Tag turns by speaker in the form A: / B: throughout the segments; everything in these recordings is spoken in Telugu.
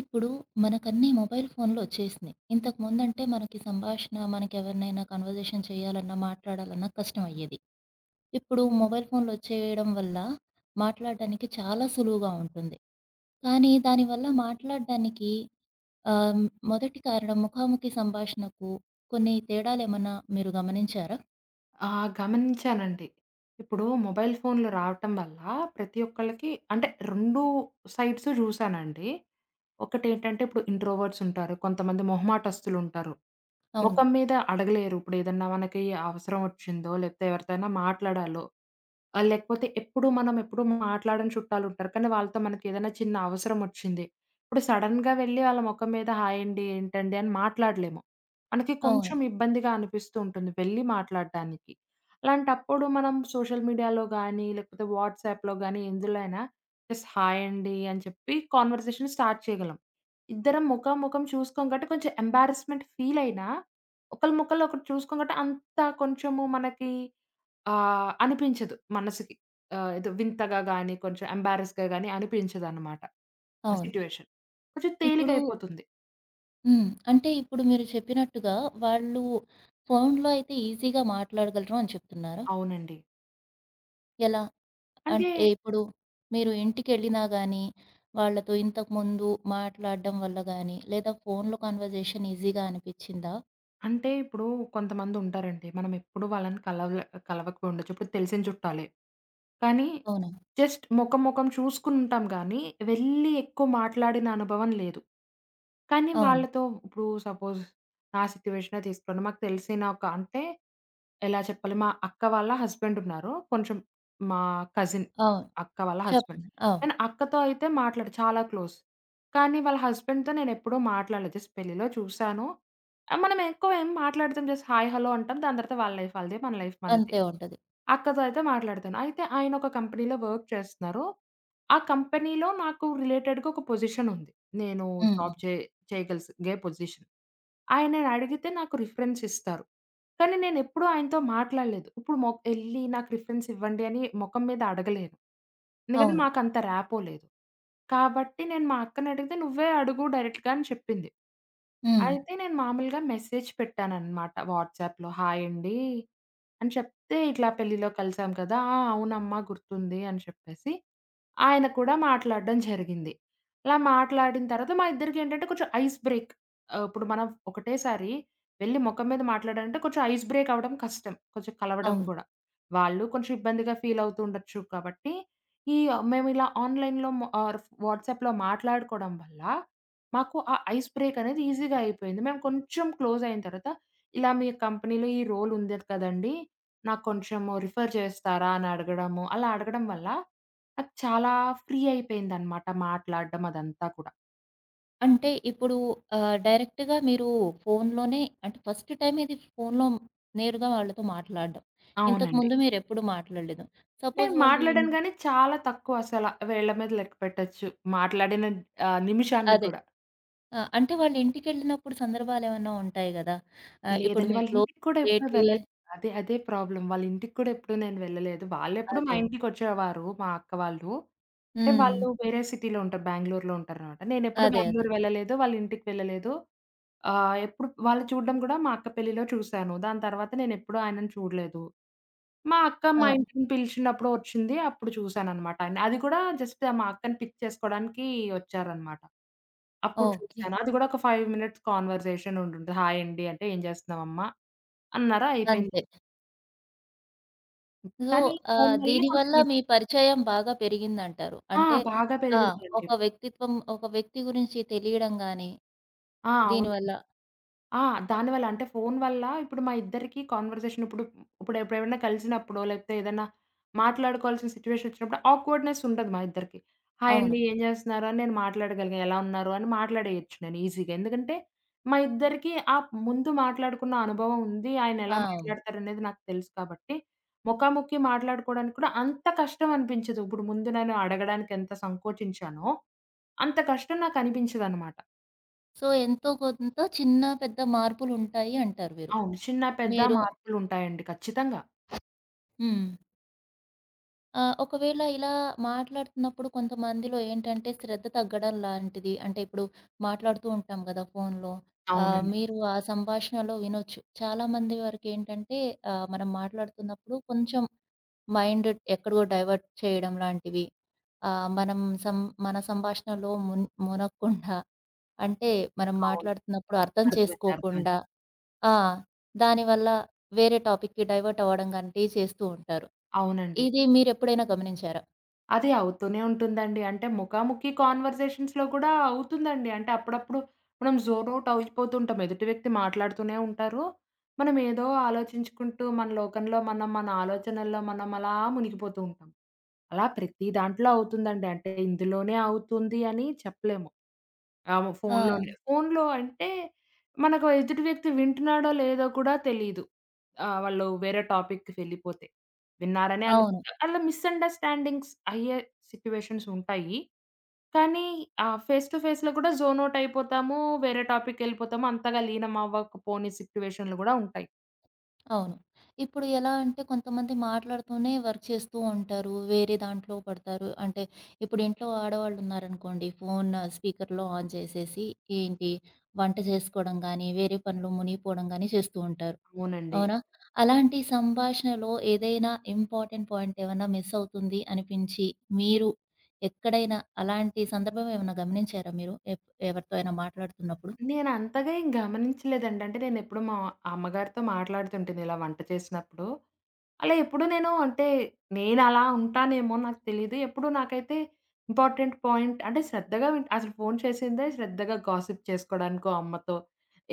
A: ఇప్పుడు మనకన్నీ మొబైల్ ఫోన్‌లో వచ్చేసినాయి. ఇంతకుముందంటే మనకి సంభాషణ, మనకెవరినైనా కన్వర్జేషన్ చేయాలన్నా, మాట్లాడాలన్నా కష్టమయ్యేది. ఇప్పుడు మొబైల్ ఫోన్‌లో వచ్చేయడం వల్ల మాట్లాడడానికి చాలా సులువుగా ఉంటుంది. కానీ దానివల్ల మాట్లాడడానికి ఆహ్, మొదటి కారణం ముఖాముఖి సంభాషణకు కొన్ని తేడాలేమన్నా మీరు గమనించారా?
B: ఆ! గమనించానండి. ఇప్పుడు మొబైల్ ఫోన్‌లు రావటం వల్ల ప్రతి ఒక్కళ్ళకి అంటే 2 సైడ్స్ చూసానండి. ఒకటేంటంటే ఇప్పుడు ఇంట్రోవర్ట్స్ ఉంటారు. కొంతమంది మొహమాటస్తులుంటారు.
A: అవును.
B: మొఖం మీద అడగలేరు. ఇప్పుడేదన్నా మనకి అవసరం వచ్చిందో, లేకపోతే ఎవరితోనైనా మాట్లాడాలో, లేకపోతే ఎప్పుడు మనం మాట్లాడని చుట్టాలుంటారు. కానీ వాళ్ళతో మనకేదైనా చిన్న అవసరం వచ్చింది. ఇప్పుడు సడెన్‌గా వెళ్లి వాళ్ళ మొఖం మీద హాయ్ అండి, ఏంటండి అని మాట్లాడలేము. మనకి
A: అవును.
B: కొంచెం ఇబ్బందిగా అనిపిస్తూ ఉంటుంది వెళ్లి మాట్లాడటానికి. అలాంటప్పుడు మనం సోషల్ మీడియాలో గానీ, లేకపోతే వాట్సాప్‌లో గానీ, ఎందులో అయినా జస్ట్ హాయ్ అండి అని చెప్పి కాన్వర్సేషన్ స్టార్ట్ చేయగలం. ఇద్దరం ముఖాముఖం చూసుకోం కాబట్టి కొంచెం ఎంబారస్మెంట్ ఫీల్ అయినా ఒకళ్ళ ముఖాలు ఒకటి చూసుకోబట్టి అంత కొంచెము మనకి అనిపించదు మనసుకి. ఏదో వింతగా గాని, కొంచెం ఎంబారస్‌గా గాని అనిపించదనమాట
A: అవును.
B: సిట్యుయేషన్. కొంచెం
A: ఇప్పుడు
B: తేలికైపోతుంది.
A: అంటే ఇప్పుడు మీరు చెప్పినట్టుగా వాళ్ళు ఫోన్‌లో అయితే ఈజీగా మాట్లాడగలరు అని చెప్తున్నారా?
B: అవునండి.
A: ఎలా?
B: అంటే
A: అంటే ఇప్పుడు మీరు ఇంటికెళ్ళినా గానీ, వాళ్ళతో ఇంతకుముందు మాట్లాడడం వల్ల గానీ, లేదా ఫోన్‌లో కన్వర్జేషన్ ఈజీగా అనిపిచ్చిందా?
B: అంటే ఇప్పుడు కొంతమందుంటారండి. మనం ఎప్పుడు వాళ్ళని కలవక ఉండొచ్చు. ఇప్పుడు తెలిసిన చుట్టాలే. కానీ
A: అవునా?
B: జస్ట్ మొఖం, మొఖం చూసుకుంటాం గానీ, వెళ్లి ఎక్కువ మాట్లాడిన అనుభవం లేదు. కానీ
A: అవును.
B: వాళ్ళతో ఇప్పుడు సపోజ్ నా సిట్యుయేషనే తీసుకోండి. మాకు తెలిసిన ఒక అంటే ఎలా చెప్పాలి? మా అక్క వాళ్ళ హస్బెండ్ ఉన్నారు. కొంచెం మా కజిన్
A: అవును.
B: అక్క వాళ్ళ హస్బెండ్.
A: చెప్పండి. అవును.
B: నేను అక్కతో అయితే మాట్లాడ చాలా క్లోజ్. కానీ వాళ్ళ హస్బెండ్‌తో నేనెప్పుడూ మాట్లాడలేదు. జస్ట్ పెళ్లిలో చూసాను. ఆ! మనం ఎక్కువ ఏం మాట్లాడతాం. జస్ట్ హాయ్, హలో అంటాం. దాని తర్వాత వాళ్ళ లైఫ్ వాళ్ళది. మన లైఫ్ మనది.
A: అంతే ఉంటది.
B: అక్కతో అయితే మాట్లాడతాను. అయితే ఆయన ఒక కంపెనీలో వర్క్ చేస్తున్నారు. ఆ కంపెనీలో నాకు రిలేటెడ్‌గా ఒక పొజిషన్ ఉంది. నేను
A: హ్మ్.
B: జాబ్ చే చేయగలిగే పొజిషన్. ఆయనని అడిగితే నాకు రిఫరెన్స్ ఇస్తారు. కానీ నేనెప్పుడూ ఆయనతో మాట్లాడలేదు. ఇప్పుడు ఎళ్లి నాకు రిఫరెన్స్ ఇవ్వండి అని మొఖం మీద అడగలేను. ఎందుకంటే
A: అవును.
B: మాకంత ర్యాపో లేదు. కాబట్టి నేను మా అక్కనడిగితే "నువ్వే అడుగు డైరెక్ట్‌గా" అని చెప్పింది.
A: హ్మ్.
B: అయితే నేను మామూలుగా మెసేజ్ పెట్టాననమాట వాట్సాప్‌లో. "హాయ్ అండి" అని చెప్తే, "ఇట్లా పెళ్లిలో కలిసాం కదా!" "ఆ! అవునమ్మా గుర్తుంది" అని చెప్పేసి, ఆయన కూడా మాట్లాడడం జరిగింది. అలా మాట్లాడిన తర్వాత మా ఇద్దరికేంటంటే కొంచెం ఐస్ బ్రేక్. ఇప్పుడు మనం ఒకటేసారి వెళ్లి మొఖం మీద మాట్లాడారంటే కొంచెం ఐస్ బ్రేక్ అవ్వడం కష్టం. కొంచెం కలవడం
A: అవును.
B: కూడా. వాళ్ళు కొంచెం ఇబ్బందిగా ఫీల్ అవుతూ ఉండొచ్చు కాబట్టి, ఈ మేమిలా ఆన్‌లైన్‌లో మ ఆర్ వాట్సాప్‌లో మాట్లాడుకోవడం వల్ల, మాకు ఆ ఐస్ బ్రేక్ అనేది ఈజీగా అయిపోయింది. మేము కొంచెం క్లోజ్ అయిన తర్వాత, ఇలా మీ కంపెనీలో ఈ రోల్ ఉంది కదండీ! నాకు కొంచెం రిఫర్ చేస్తారా? అని అడగడము. అలా అడగడం వల్ల నాకు చాలా ఫ్రీ అయిపోయిందనమాట మాట్లాడడం అదంతా కూడా.
A: అంటే ఇప్పుడు డైరెక్ట్‌గా మీరు ఫోన్‌లోనే అంటే ఫస్ట్ టైమ్ ఇది ఫోన్‌లో నేరుగా వాళ్ళతో మాట్లాడడం.
B: అవునండి.
A: ఇంతకుముందు మీరెప్పుడు మాట్లాడలేదు.
B: అంటే
A: సపోజ్ వాళ్ళు ఇన్
B: మాట్లాడాను గానీ, చాలా తక్కువ అసల. వేళ్ళ మీద లెక్క పెట్టొచ్చు. మాట్లాడిన నిమిషాన్ని
A: అదే.
B: కూడా.
A: ఆ! అంటే వాళ్ళ ఇంటికెళ్ళినప్పుడు సందర్భాలేమన్నా ఉంటాయి గదా! ఇప్పుడు
B: లేదండి.
A: మీ
B: వాళ్ళ
A: క్లోజ్
B: ఇంటికి కూడా ఎప్పుడు
A: రిలేటివే
B: వెళ్ళలేదు. అదే. అదే ప్రాబ్లమ్. వాళ్ళ ఇంటికి కూడా ఎప్పుడు నేను వెళ్ళలేదు. వాళ్ళెప్పుడు మా
A: అదే.
B: ఇంటికొచ్చేవారు మా అక్క వాళ్ళు. అంటే హ్మ్.
A: హ్మ్.
B: వాళ్ళు వేరే సిటీలో ఉంటారు. బెంగుళూరులో ఉంటారనమాట. నేనెప్పుడు హ్మ్.
A: అదే. అదే.
B: బెంగుళూరు వెళ్ళలేదు. వాళ్ళ ఇంటికి వెళ్ళలేదు. ఎప్పుడు వాళ్ళు చూడడం కూడా మా అక్క పెళ్లిలో చూసాను. దాని తర్వాత నేనెప్పుడూ ఆయనను చూడలేదు. మా అక్క మా
A: అవును.
B: ఇంటికి పిలిచినప్పుడు వచ్చింది. అప్పుడు చూసాననమాట ఆయన్ని. అది కూడా జస్ట్ మా అక్కని పిక్ చేసుకోవడానికి వచ్చారనమాట. అప్పుడు
A: ఓకే.
B: చూసాను. అది కూడా ఒక 5 మినిట్స్ కాన్వర్సేషన్ ఉండుంటది. హాయ్ అండి అంటే, "ఏం చేస్తున్నావమ్మా?" అన్నారు. అయిపోయింది.
A: అంతే. సో,
B: కానీ ఫోను వల్లే కొంచెం
A: దీనివల్ల మీ
B: ఈజీ.
A: పరిచయం బాగా పెరిగిందంటారు.
B: ఆ!
A: అంటే
B: బాగా
A: ఆ!
B: పెరిగిందండి.
A: ఒక వ్యక్తిత్వం ఒక వ్యక్తి గురించి తెలియడం గాని,
B: ఆ! అవునండి.
A: దీనివల్ల
B: ఆ! దానివల్ల అంటే ఫోను వల్ల ఇప్పుడు మా ఇద్దరికీ కన్వర్జేషన్ ఇప్పుడు ఇప్పుడు ఎప్పుడేమైనా కలిసినప్పుడో, లేకపోతే ఏదైనా మాట్లాడుకోవాల్సిన సిట్యుయేషన్ వచ్చినప్పుడు ఆక్వర్డ్‌నెస్ ఉండదు మా ఇద్దరికీ. హాయ్
A: అవును.
B: అండి. ఏం చేస్తున్నారు? అని నేను మాట్లాడగలిగా. ఎలా ఉన్నారు? అని మాట్లాడేయొచ్చు నేను ఈజీగా. ఎందుకంటే మా ఇద్దరికీ ఆ ముందు మాట్లాడుకున్న అనుభవం ఉంది. ఆయన
A: ఆ!
B: ఎలా మాట్లాడతారనేది నాకు తెలుసు కాబట్టి, ముఖాముఖి మాట్లాడుకోవడానికి కూడా అంత కష్టం అనిపించదు. ఇప్పుడు ముందు నేను అడగడానికి ఎంత సంకోచించానో, అంత కష్టం నాకు అనిపించదనమాట.
A: సో, ఎంతో కొంత చిన్న పెద్ద మార్పులుంటాయి అంటారు మీరు.
B: అవును. చిన్న, పెద్ద
A: మీరు
B: మార్పులుంటాయండి ఖచ్చితంగా.
A: హ్మ్. ఆ! ఒకవేళ ఇలా మాట్లాడుతున్నప్పుడు కొంతమందిలో ఏంటంటే శ్రద్ధ తగ్గడం లాంటిది. అంటే ఇప్పుడు మాట్లాడుతూ ఉంటాం గదా! ఫోన్‌లో.
B: అవునండి.
A: మీరు ఆ సంభాషణలో వినొచ్చు. చాలామంది వరకేంటంటే మనం మాట్లాడుతున్నప్పుడు కొంచెం మైండ్ ఎక్కడికో డైవర్ట్ చేయడం లాంటివి. మనం సం మన సంభాషణలో మునగకుండా అంటే మనం
B: అవును.
A: మాట్లాడుతున్నప్పుడు అర్థం
B: అర్థమైంది. అర్థమైంది.
A: చేసుకోకుండా ఆ! దానివల్ల వేరే టాపిక్‌కి డైవర్ట్ అవ్వడం లాంటివి చేస్తూ ఉంటారు.
B: అవునండి.
A: ఇది మీరెప్పుడైనా గమనించారా?
B: అది అవుతూనే ఉంటుందండి. అంటే ముఖాముఖి కాన్వర్సేషన్స్‌లో కూడా అవుతుందండి. అంటే అప్పుడప్పుడు మనం జోన్ ఔట్ అయిపోతుంటాం. ఎదుటి వ్యక్తి మాట్లాడుతూనే ఉంటారు. మనం ఏదో ఆలోచించుకుంటూ మన లోకంలో మనం, మన ఆలోచనల్లో మనం అలా మునిగిపోతూ ఉంటాం. అలా ప్రతి దాంట్లో అవుతుందండి. అంటే ఇందులోనే అవుతుంది అని చెప్పలేము. అవును.
A: ఆ!
B: ఫోనులోనే. ఫోనులో అంటే మనకు ఎదుటి వ్యక్తి వింటున్నాడో లేదో కూడా తెలీదు. వాళ్ళు వేరే టాపిక్‌కి వెళ్ళిపోతే. విన్నారనే
A: అవును.
B: అనుకుంటా. అలా మిస్‌అండర్‌స్టాండింగ్స్ అయ్యే సిట్యుయేషన్స్ ఉంటాయి. కానీ ఫేస్ టు ఫేస్‌లో కూడా జోన్ ఔట్ అయిపోతాము. వేరే టాపిక్‌కెళ్ళిపోతాము. అంతగా లీనం అవ్వకపోని సిట్యుయేషన్‌లు గూడా ఉంటాయి.
A: అవును. ఇప్పుడు ఎలా అంటే కొంతమంది మాట్లాడుతూనే వర్క్ చేస్తూ ఉంటారు. వేరే దాంట్లో పడతారు. అంటే ఇప్పుడు ఇంట్లో ఆడవాళ్ళున్నారనుకోండి ఫోన్ స్పీకర్‌లో ఆన్ చేసేసి ఏంటి వంట చేసుకోవడం గానీ, వేరే పనిలో మునిగిపోవడం గానీ చేస్తూ ఉంటారు.
B: అవునండి.
A: అవునా? అలాంటి సంభాషణలో ఏదైనా ఇంపార్టెంట్ పాయింట్ ఏమన్నా మిస్ అవుతుంది అనిపించి, మీరు ఎక్కడైనా అలాంటి సందర్భం ఏమన్నా గమనించారా మీరు? ఎవరితో అయినా మాట్లాడుతున్నప్పుడు?
B: నేనంతగా ఏం గమనించలేదండి. అంటే నేనెప్పుడు మా అమ్మగారితో మాట్లాడుతుంటేను ఇలా వంట చేసినప్పుడు. అలా ఎప్పుడు నేను అంటే నేనలా ఉంటానేమో నాకు తెలీదు. ఎప్పుడు నాకైతే ఇంపార్టెంట్ పాయింట్ అంటే శ్రద్ధగా అసలు ఫోన్ చేసిందే శ్రద్ధగా గాసిప్ చేసుకోడానికో, అమ్మతో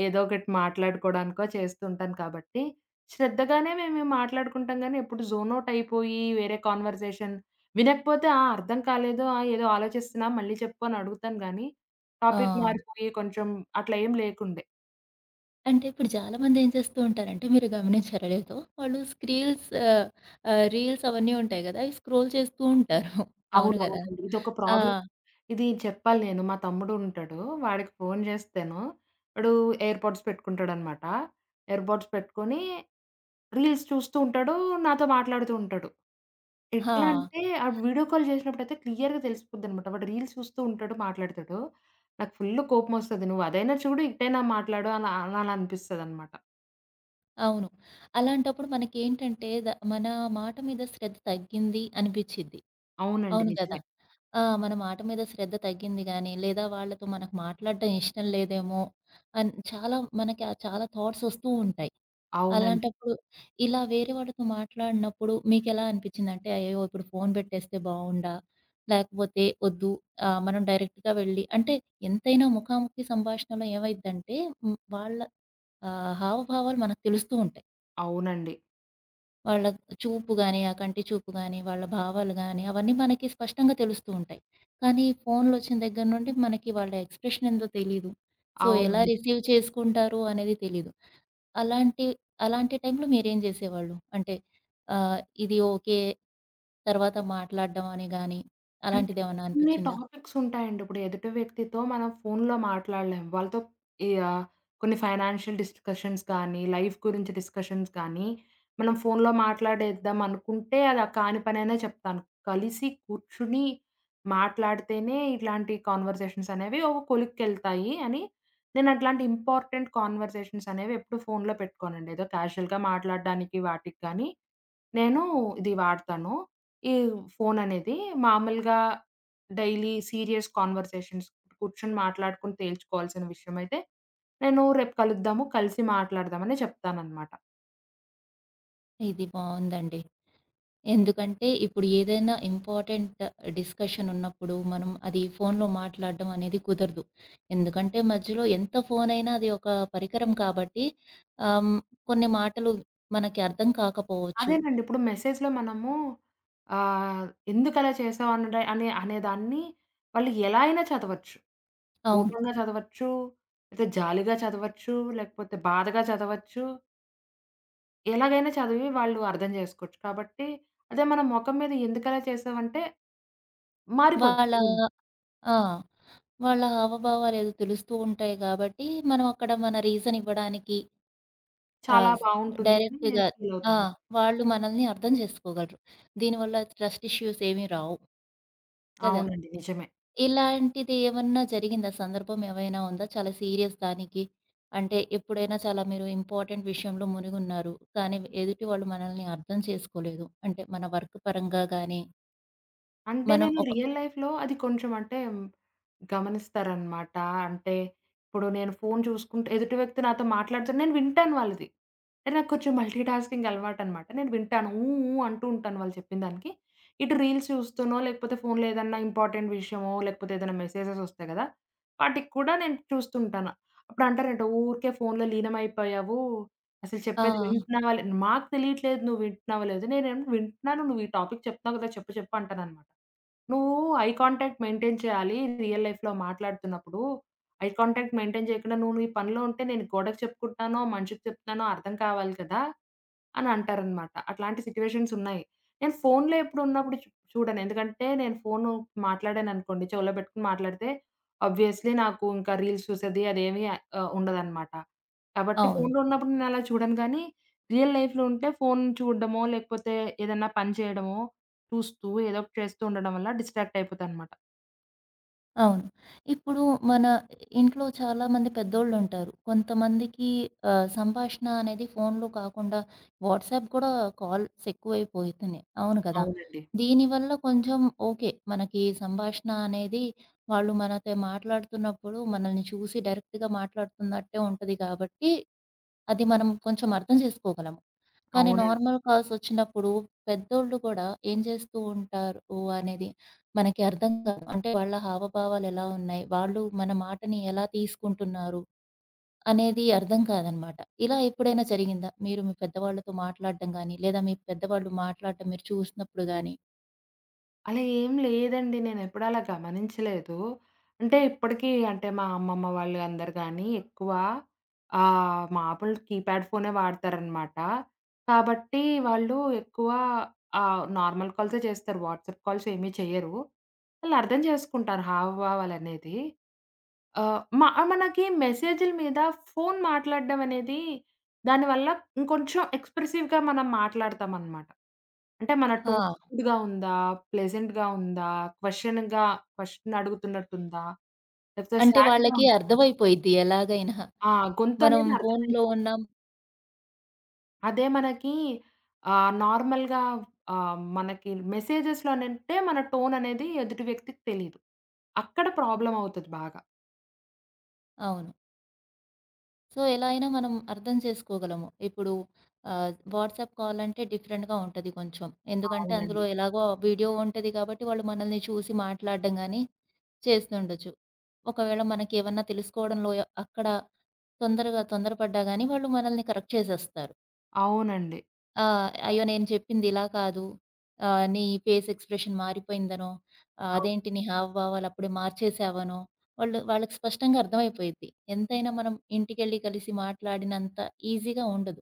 B: ఏదో ఒకటి మాట్లాడుకోడానికో చేస్తుంటాను కాబట్టి, శ్రద్ధగానే మేము మాట్లాడుకుంటాం గానీ, ఎప్పుడు జోన్ ఔట్ అయిపోయి వేరే కాన్వర్సేషన్ వినకపోతే, ఆ! అర్థం కాలేదు. ఆ! ఏదో ఆలోచిస్తున్నా మళ్ళీ చెప్పు అని అడుగుతాను గానీ టాపిక్
A: ఆ!
B: మారిపోయి కొంచెం అట్లా ఏం లేకుండే.
A: అంటే ఇప్పుడు చాలామంది ఏం చేస్తూ ఉంటారంటే, మీరు గమనించారో లేదో, వాళ్ళు రీల్స్ అవన్నీ ఉంటాయి గదా! అవి స్క్రోల్ చేస్తూ ఉంటారు. అవును గదా!
B: అవునవునండి. ఇదొక
A: ఆ!
B: ప్రాబ్లమ్. ఇది చెప్పాలి నేను. మా తమ్ముడు ఉంటాడు. వాడికి ఫోను జేస్తేను వాడు ఎయిర్ పోడ్స్ పెట్టుకుంటాడనమాట. ఎయిర్ పోడ్స్ పెట్టుకొని రీల్స్ చూస్తూ ఉంటాడు. నాతో మాట్లాడుతూ ఉంటాడు. ఎట్లా
A: ఆ!
B: అంటే ఆడు వీడియో కాల్ జేసినప్పుడైతే క్లియర్‌గా తెలిసిపోద్దనమాట. వాడు రీల్స్ చూస్తూ ఉంటాడు, మాట్లాడతాడు. నాకు ఫుల్లు కోపమొస్తది. నువ్వు అదైనా చూడు, ఇటైనా మాట్లాడు అలా అలా అనిపిస్తదనమాట.
A: అవును. అలాంటప్పుడు మనకేంటంటే, మన మాట మీద శ్రద్ధ తగ్గింది అనిపిచ్చిద్ది.
B: అవునండి.
A: అవును గదా!
B: నిజమే.
A: ఆ! మన మాట మీద శ్రద్ధ తగ్గింది గానీ, లేదా వాళ్ళతో మనకు మాట్లాడడం ఇష్టం లేదేమో అని చాలా మనకి చాలా థాట్స్ వస్తూ ఉంటాయి.
B: అవునండి.
A: అలాంటప్పుడు ఇలా వేరే వాళ్ళతో మాట్లాడినప్పుడు మీకెలా అనిపిచ్చిందంటే, అయ్యో! ఇప్పుడు ఫోన్ పెట్టేస్తే బావుండా? లేకపోతే వద్దు మనం డైరెక్ట్‌గా వెళ్ళి అంటే ఎంతైనా ముఖాముఖి సంభాషణలో ఏమైద్దంటే, వాళ్ళ హావభావాలు మనకు తెలుస్తూ ఉంటాయి.
B: అవునండి.
A: వాళ్ళ చూపు గాని, ఆ కంటి చూపు గాని, వాళ్ళ భావాలు గాని, అవన్నీ మనకి స్పష్టంగా తెలుస్తూ ఉంటాయి. కానీ ఫోన్‌లొచ్చిన దగ్గర నుండి మనకి వాళ్ళ ఎక్స్‌ప్రెషన్ ఏందో తెలీదు. సో,
B: అవును.
A: ఎలా
B: నిజమే.
A: రిసీవ్ చేసుకుంటారు అనేది తెలీదు. అలాంటి అలాంటి టైంలో మీరేం జేసేవాళ్ళు? అంటే ఆహ్, ఇది ఓకే. తర్వాత మాట్లాడడం అని గాని
B: అంటే
A: అలాంటిదేమన్నా
B: కొన్ని
A: అనిపిచ్చిందా?
B: టాపిక్స్ ఉంటాయండి. ఇప్పుడు ఎదుటి వ్యక్తితో మనం ఫోన్‌లో మాట్లాడలేం. వాళ్ళతో ఈ కొన్ని ఫైనాన్షియల్ డిస్కషన్స్ కానీ, లైఫ్ గురించి డిస్కషన్స్ కానీ, మనం ఫోన్‌లో మాట్లాడేద్దాం అనుకుంటే అది ఆ కాని పననే చెప్తాను. కలిసి కూర్చుని మాట్లాడితేనే ఇట్లాంటి కాన్వర్జేషన్స్ అనేవి ఒక కొలిక్కెళ్తాయి అని నేను అట్లాంటి ఇంపార్టెంట్ కాన్వర్జేషన్స్ అనేవి ఎప్పుడు ఫోన్‌లో పెట్టుకోనండి. ఏదో క్యాజుయల్‌గా మాట్లాడడానికి వాటికి గాని నేను ఇది వాడతాను. ఈ ఫోననేది మామూలుగా డైలీ సీరియస్ కాన్వర్సేషన్స్ కూర్చొని మాట్లాడుకొని తేల్చుకోవాల్సిన విషయమైతే, నేను రేపు కలుద్దాము, కలిసి మాట్లాడదామని చెప్తాననమాట.
A: ఇది బావుందండి. ఎందుకంటే, ఇప్పుడు ఏదైనా ఇంపార్టెంట్ డిస్కషన్ ఉన్నప్పుడు మనం అది ఫోన్‌లో మాట్లాడడం అనేది కుదరదు. ఎందుకంటే, మధ్యలో ఎంత ఫోనైనా అది ఒక పరికరం కాబట్టి ఆహ్, హ్మ్, కొన్ని మాటలు మనకి అర్థం కాకపోవచ్చు.
B: అదేనండి ఇప్పుడు మెసేజ్‌లో మనము ఆహ్, ఎందుకలా చేసావు అనడా అనే అనేదాన్ని వాళ్ళు ఎలా అయినా చదవచ్చు.
A: అవును.
B: కోపంగా చదవచ్చు, లేతే జాలిగా చదవచ్చు, లేకపోతే బాధగా చదవచ్చు. ఎలాగైనా చదివి వాళ్ళు అర్థం జేసుకోవచ్చు. కాబట్టి అదే మన మొఖం మీద ఎందుకలా చేసావంటే
A: వాళ్ళ
B: మారిపోద్ది.
A: ఆ! వాళ్ళ హావభావాలేదో తెలుస్తూ ఉంటాయి కాబట్టి, మనం అక్కడ మన రీజన్ ఇవ్వడానికి
B: చాలా
A: ఆహ్, స్
B: బావుంటుంది అని
A: డైరెక్ట్‌గా
B: నేను ఫీల్
A: ఆ!
B: అవుతాను.
A: వాళ్ళు మనల్ని అర్థం చేసుకోగలరు. దీనివల్ల ట్రస్ట్ ఇష్యూస్ ఏమీ రావు. కదా!
B: అవునండి. నిజమే.
A: ఇలాంటిది ఏమన్నా జరిగిందా? సందర్భం ఏమైనా ఉందా? చాలా సీరియస్ దానికి. అంటే ఎప్పుడైనా చాలా మీరు ఇంపార్టెంట్ విషయంలో మునిగున్నారు. కానీ ఎదుటి వాళ్ళు మనల్ని అర్థం చేసుకోలేదు. అంటే మన వర్క్ పరంగా గాని,
B: అంటే
A: మనం
B: నేను
A: ఒక
B: రియల్ లైఫ్‌లో అది కొంచెం అంటే గమనిస్తారనమాట. అంటే ఇప్పుడు నేను ఫోను చూసుకుంటూ ఎదుటి వ్యక్తి నాతో మాట్లాడుతున్న నేను వింటాను వాళ్ళది. అంటే నాకు కొంచెం మల్టీ టాస్కింగ్ అలవాటనమాట. నేను వింటాను. ఊ ఊ అంటూ ఉంటాను వాళ్ళు చెప్పిన దానికి. ఇటు రీల్స్ చూస్తూనో, లేకపోతే ఫోనులో ఏదన్నా ఇంపార్టెంట్ విషయమో, లేకపోతే ఏదైనా మెసేజెస్ వస్తాయి గదా! వాటికి కూడా నేను చూస్తుంటాను. అప్పుడు అంటారేంట, "ఊరికే ఫోనులో లీనమైపోయావు" అసలు
A: ఆ!
B: చెప్పేది వింటున్నావా లే మాకు తెలియట్లేదు నువ్వు వింటున్నావో లేదో. నేనేమో వింటున్నాను. నువ్వు ఈ టాపిక్ చెప్తున్నావు కదా! చెప్పు చెప్పు అంటాననమాట. నువ్వు ఐ కాంటాక్ట్ మెయింటైన్ చేయాలి. రియల్ లైఫ్‌లో మాట్లాడుతున్నప్పుడు ఐ కాంటాక్ట్ మెయింటైన్ చేయకుండా నువ్వు నీ పనిలో ఉంటే నేను గోడకి చెప్పుకుంటున్నానో, మనిషికి చెప్తున్నానో అర్థం కావాలి కదా! అని అంటారనమాట. అట్లాంటి సిట్యుయేషన్స్ ఉన్నాయి. నేను ఫోన్‌లో ఎప్పుడు ఉన్నప్పుడు చూడను. ఎందుకంటే నేను ఫోను మాట్లాడాననుకోండి, చెవులో పెట్టుకొని మాట్లాడితే ఆబ్వియస్లీ నాకు ఇంకా రీల్స్ చూసేది అదేమీ ఉండదనమాట. కాబట్టి
A: అవును.
B: ఫోన్‌లో ఉన్నప్పుడు నేనలా చూడను గానీ, రియల్ లైఫ్‌లో ఉంటే ఫోన్ చూడడమో, లేకపోతే ఏదన్నా పని చేయడమో చూస్తూ ఏదో ఒకటి చేస్తూ ఉండడం వల్ల డిస్ట్రాక్ట్ అయిపోతానన్నమాట.
A: అవును. ఇప్పుడు మన ఇంట్లో చాలామంది పెద్దోళ్ళుంటారు. కొంతమందికి సంభాషణ అనేది ఫోన్‌లో కాకుండా వాట్సాప్ కూడా కాల్స్ ఎక్కువైపోతున్నాయి. అవును కదా!
B: అవునండి.
A: దీనివల్ల కొంచెం ఓకే. మనకి సంభాషణ అనేది వాళ్ళు మనతో మాట్లాడుతున్నప్పుడు మనల్ని చూసి డైరెక్ట్‌గా మాట్లాడుతున్నట్టే ఉంటది కాబట్టి, అది మనం కొంచెం అర్థం చేసుకోగలము. కానీ
B: అవునండి.
A: నార్మల్ కాల్స్ వచ్చినప్పుడు పెద్దోళ్ళు కూడా ఏం చేస్తూ ఉంటారు అనేది మనకి అర్థం కాదు. అంటే వాళ్ళ హావభావాలెలా ఉన్నాయి? వాళ్ళు మన మాటని ఎలా తీసుకుంటున్నారు? అనేది అర్థం కాదనమాట. ఇలా ఎప్పుడైనా జరిగిందా? మీరు మీ పెద్దవాళ్ళతో మాట్లాడడం గాని, లేదా మీ పెద్దవాళ్ళు మాట్లాడడం మీరు చూసినప్పుడు గాని?
B: అలా ఏం లేదండి. నేనెప్పుడు అలా గమనించలేదు. అంటే ఇప్పటికి అంటే మా అమ్మమ్మ వాళ్ళు అందరూ గానీ ఎక్కువ మామూలు కీప్యాడ్ ఫోనే వాడతారనమాట. కాబట్టి వాళ్ళు ఎక్కువ నార్మల్ కాల్సే చేస్తారు. వాట్సాప్ కాల్స్ ఏమీ చెయ్యరు. వాళ్ళు అర్థం చేసుకుంటారు హావభావాలనేది. ఆహ్, మ మనకి మెసేజుల మీద ఫోను మాట్లాడడం అనేది దానివల్ల ఇంకొంచెం ఎక్స్‌ప్రెసివ్‌గా మనం మాట్లాడతామనమాట. అంటే మన
A: ఆ!
B: టోన్ ఫుడ్‌గా ఉందా? ప్లెజెంట్‌గా ఉందా? క్వెషన్‌గా క్వెషన్ అడుగుతున్నట్టుందా? లేకపోతే
A: అంటే
B: సాడ్‌గా
A: వాళ్ళకి
B: ఉందా?
A: అర్థమైపోయిద్ది ఎలాగైనా.
B: ఆ!
A: మనం
B: గొంతనేది
A: ఫోన్‌లో
B: అర్థమైపోతుంది.
A: ఉన్నాం
B: అదే మనకి నార్మల్‌గా మనకి మెసేజెస్‌లోనంటే మన టోననేది ఎదుటి వ్యక్తికి తెలీదు. అక్కడ ప్రాబ్లమ్ అవుతది బాగా.
A: అవును. సో, ఎలా అయినా మనం అర్థం చేసుకోగలము. ఇప్పుడు వాట్సాప్ కాల్ అంటే డిఫరెంట్‌గా ఉంటది కొంచెం. ఎందుకంటే అందులో
B: అవునండి.
A: ఎలాగో వీడియో ఉంటది కాబట్టి, వాళ్ళు మనల్ని చూసి మాట్లాడడం గాని చేస్తుండొచ్చు. ఒకవేళ మనకేమన్నా తెలుసుకోవడంలో అక్కడ తొందరగా తొందరపడ్డా గాని వాళ్ళు మనల్ని కరెక్ట్ చేసేస్తారు.
B: అవునండి.
A: అయ్యో! నేను చెప్పింది ఇలా కాదు. నీ ఫేస్ ఎక్స్‌ప్రెషన్ మారిపోయిందనో, అదేంటి నీ హావభావాలు అప్పుడే మార్చేసావనో, వాళ్ళు వాళ్ళకి స్పష్టంగా అర్థమైపోయిద్ది. ఎంతైనా మనం ఇంటికెళ్ళి కలిసి మాట్లాడినంత ఈజీగా ఉండదు.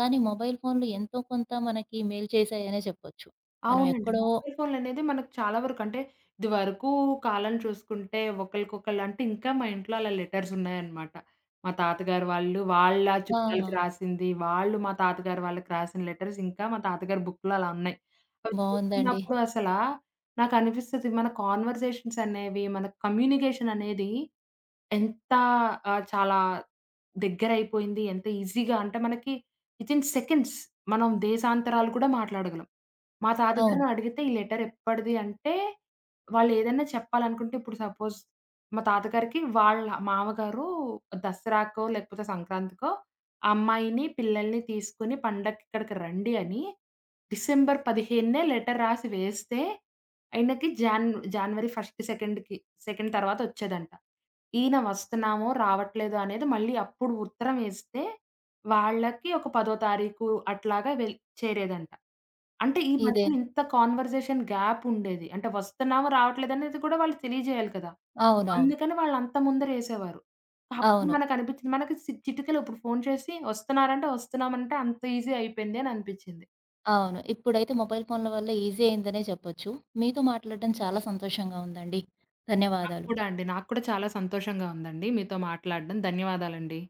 A: కానీ మొబైల్ ఫోన్‌లు ఎంతో కొంత మనకి మేలు చేశాయనే చెప్పొచ్చు. మనం
B: అవునండి.
A: ఎక్కడో
B: మొబైల్ ఫోన్‌లనేది మనకు చాలా వరకు అంటే, ఇదివరకు కాలం చూసుకుంటే ఒకళ్ళకొకళ్ళు అంటే ఇంకా మా ఇంట్లో అలా లెటర్స్ ఉన్నాయన్నమాట. మా తాతగారు వాళ్ళు, వాళ్ళ చుట్టాలకి
A: ఆ!
B: రాసింది, వాళ్ళు మా తాతగారు వాళ్ళకి రాసిన లెటర్స్ ఇంకా మా తాతగారి బుక్‌లో అలా ఉన్నాయి. అవి
A: బావుందండి.
B: చూసుకున్నప్పుడు అసలా నాకనిపిస్తది మన కాన్వర్సేషన్స్ అనేవి, మన కమ్యూనికేషన్ అనేది ఎంత చాలా దగ్గరైపోయింది. ఎంత ఈజీగా అంటే మనకి వితిన్ సెకండ్స్ మనం దేశాంతరాలు కూడా మాట్లాడగలం. మా
A: అవును.
B: తాతగారిని అడిగితే ఈ లెటర్ ఎప్పటిది అంటే, వాళ్ళేదైనా చెప్పాలనుకుంటే ఇప్పుడు సపోజ్ మా తాతగారికి వాళ్ళ మామగారు దసరాకో, లేకపోతే సంక్రాంతికో ఆ అమ్మాయిని, పిల్లల్ని తీసుకొని పండక్కిక్కడికి రండి అని డిసెంబర్ 15 లెటర్ రాసి వేస్తే, ఆయనకి జనవరి 1, 2కి 2 తర్వాత వచ్చేదంట. ఈయన వస్తున్నామో, రావట్లేదో అనేది మళ్ళీ అప్పుడు ఉత్తరం వేస్తే, వాళ్ళకి ఒక 10వ తారీఖు అట్లాగా చేరేదంట. అంటే ఈ
A: ఇదే.
B: మధ్యన ఇంత కాన్వర్జేషన్ గ్యాప్ ఉండేది. అంటే వస్తున్నాము, రావట్లేదు అనేది కూడా వాళ్ళు తెలియజేయాలి కదా!
A: అవునవును. అవును.
B: అందుకని వాళ్ళంత ముందరేసేవారు. అప్పుడు
A: అవును
B: మనకనిపించింది. మనకి చిటికలో ఇప్పుడు ఫోను చేసి వస్తున్నారంటే, వస్తున్నామంటే అంత ఈజీ అయిపోయింది అని అనిపించింది.
A: అవును. ఇప్పుడైతే మొబైల్ ఫోన్ల వల్ల ఈజీ అయిందనే చెప్పొచ్చు. మీతో మాట్లాడడం చాలా సంతోషంగా ఉందండి.
B: నాకు
A: ధన్యవాదాలు.
B: కూడా అండి. నాకు కూడా చాలా సంతోషంగా ఉందండి మీతో మాట్లాడడం. ధన్యవాదాలండి.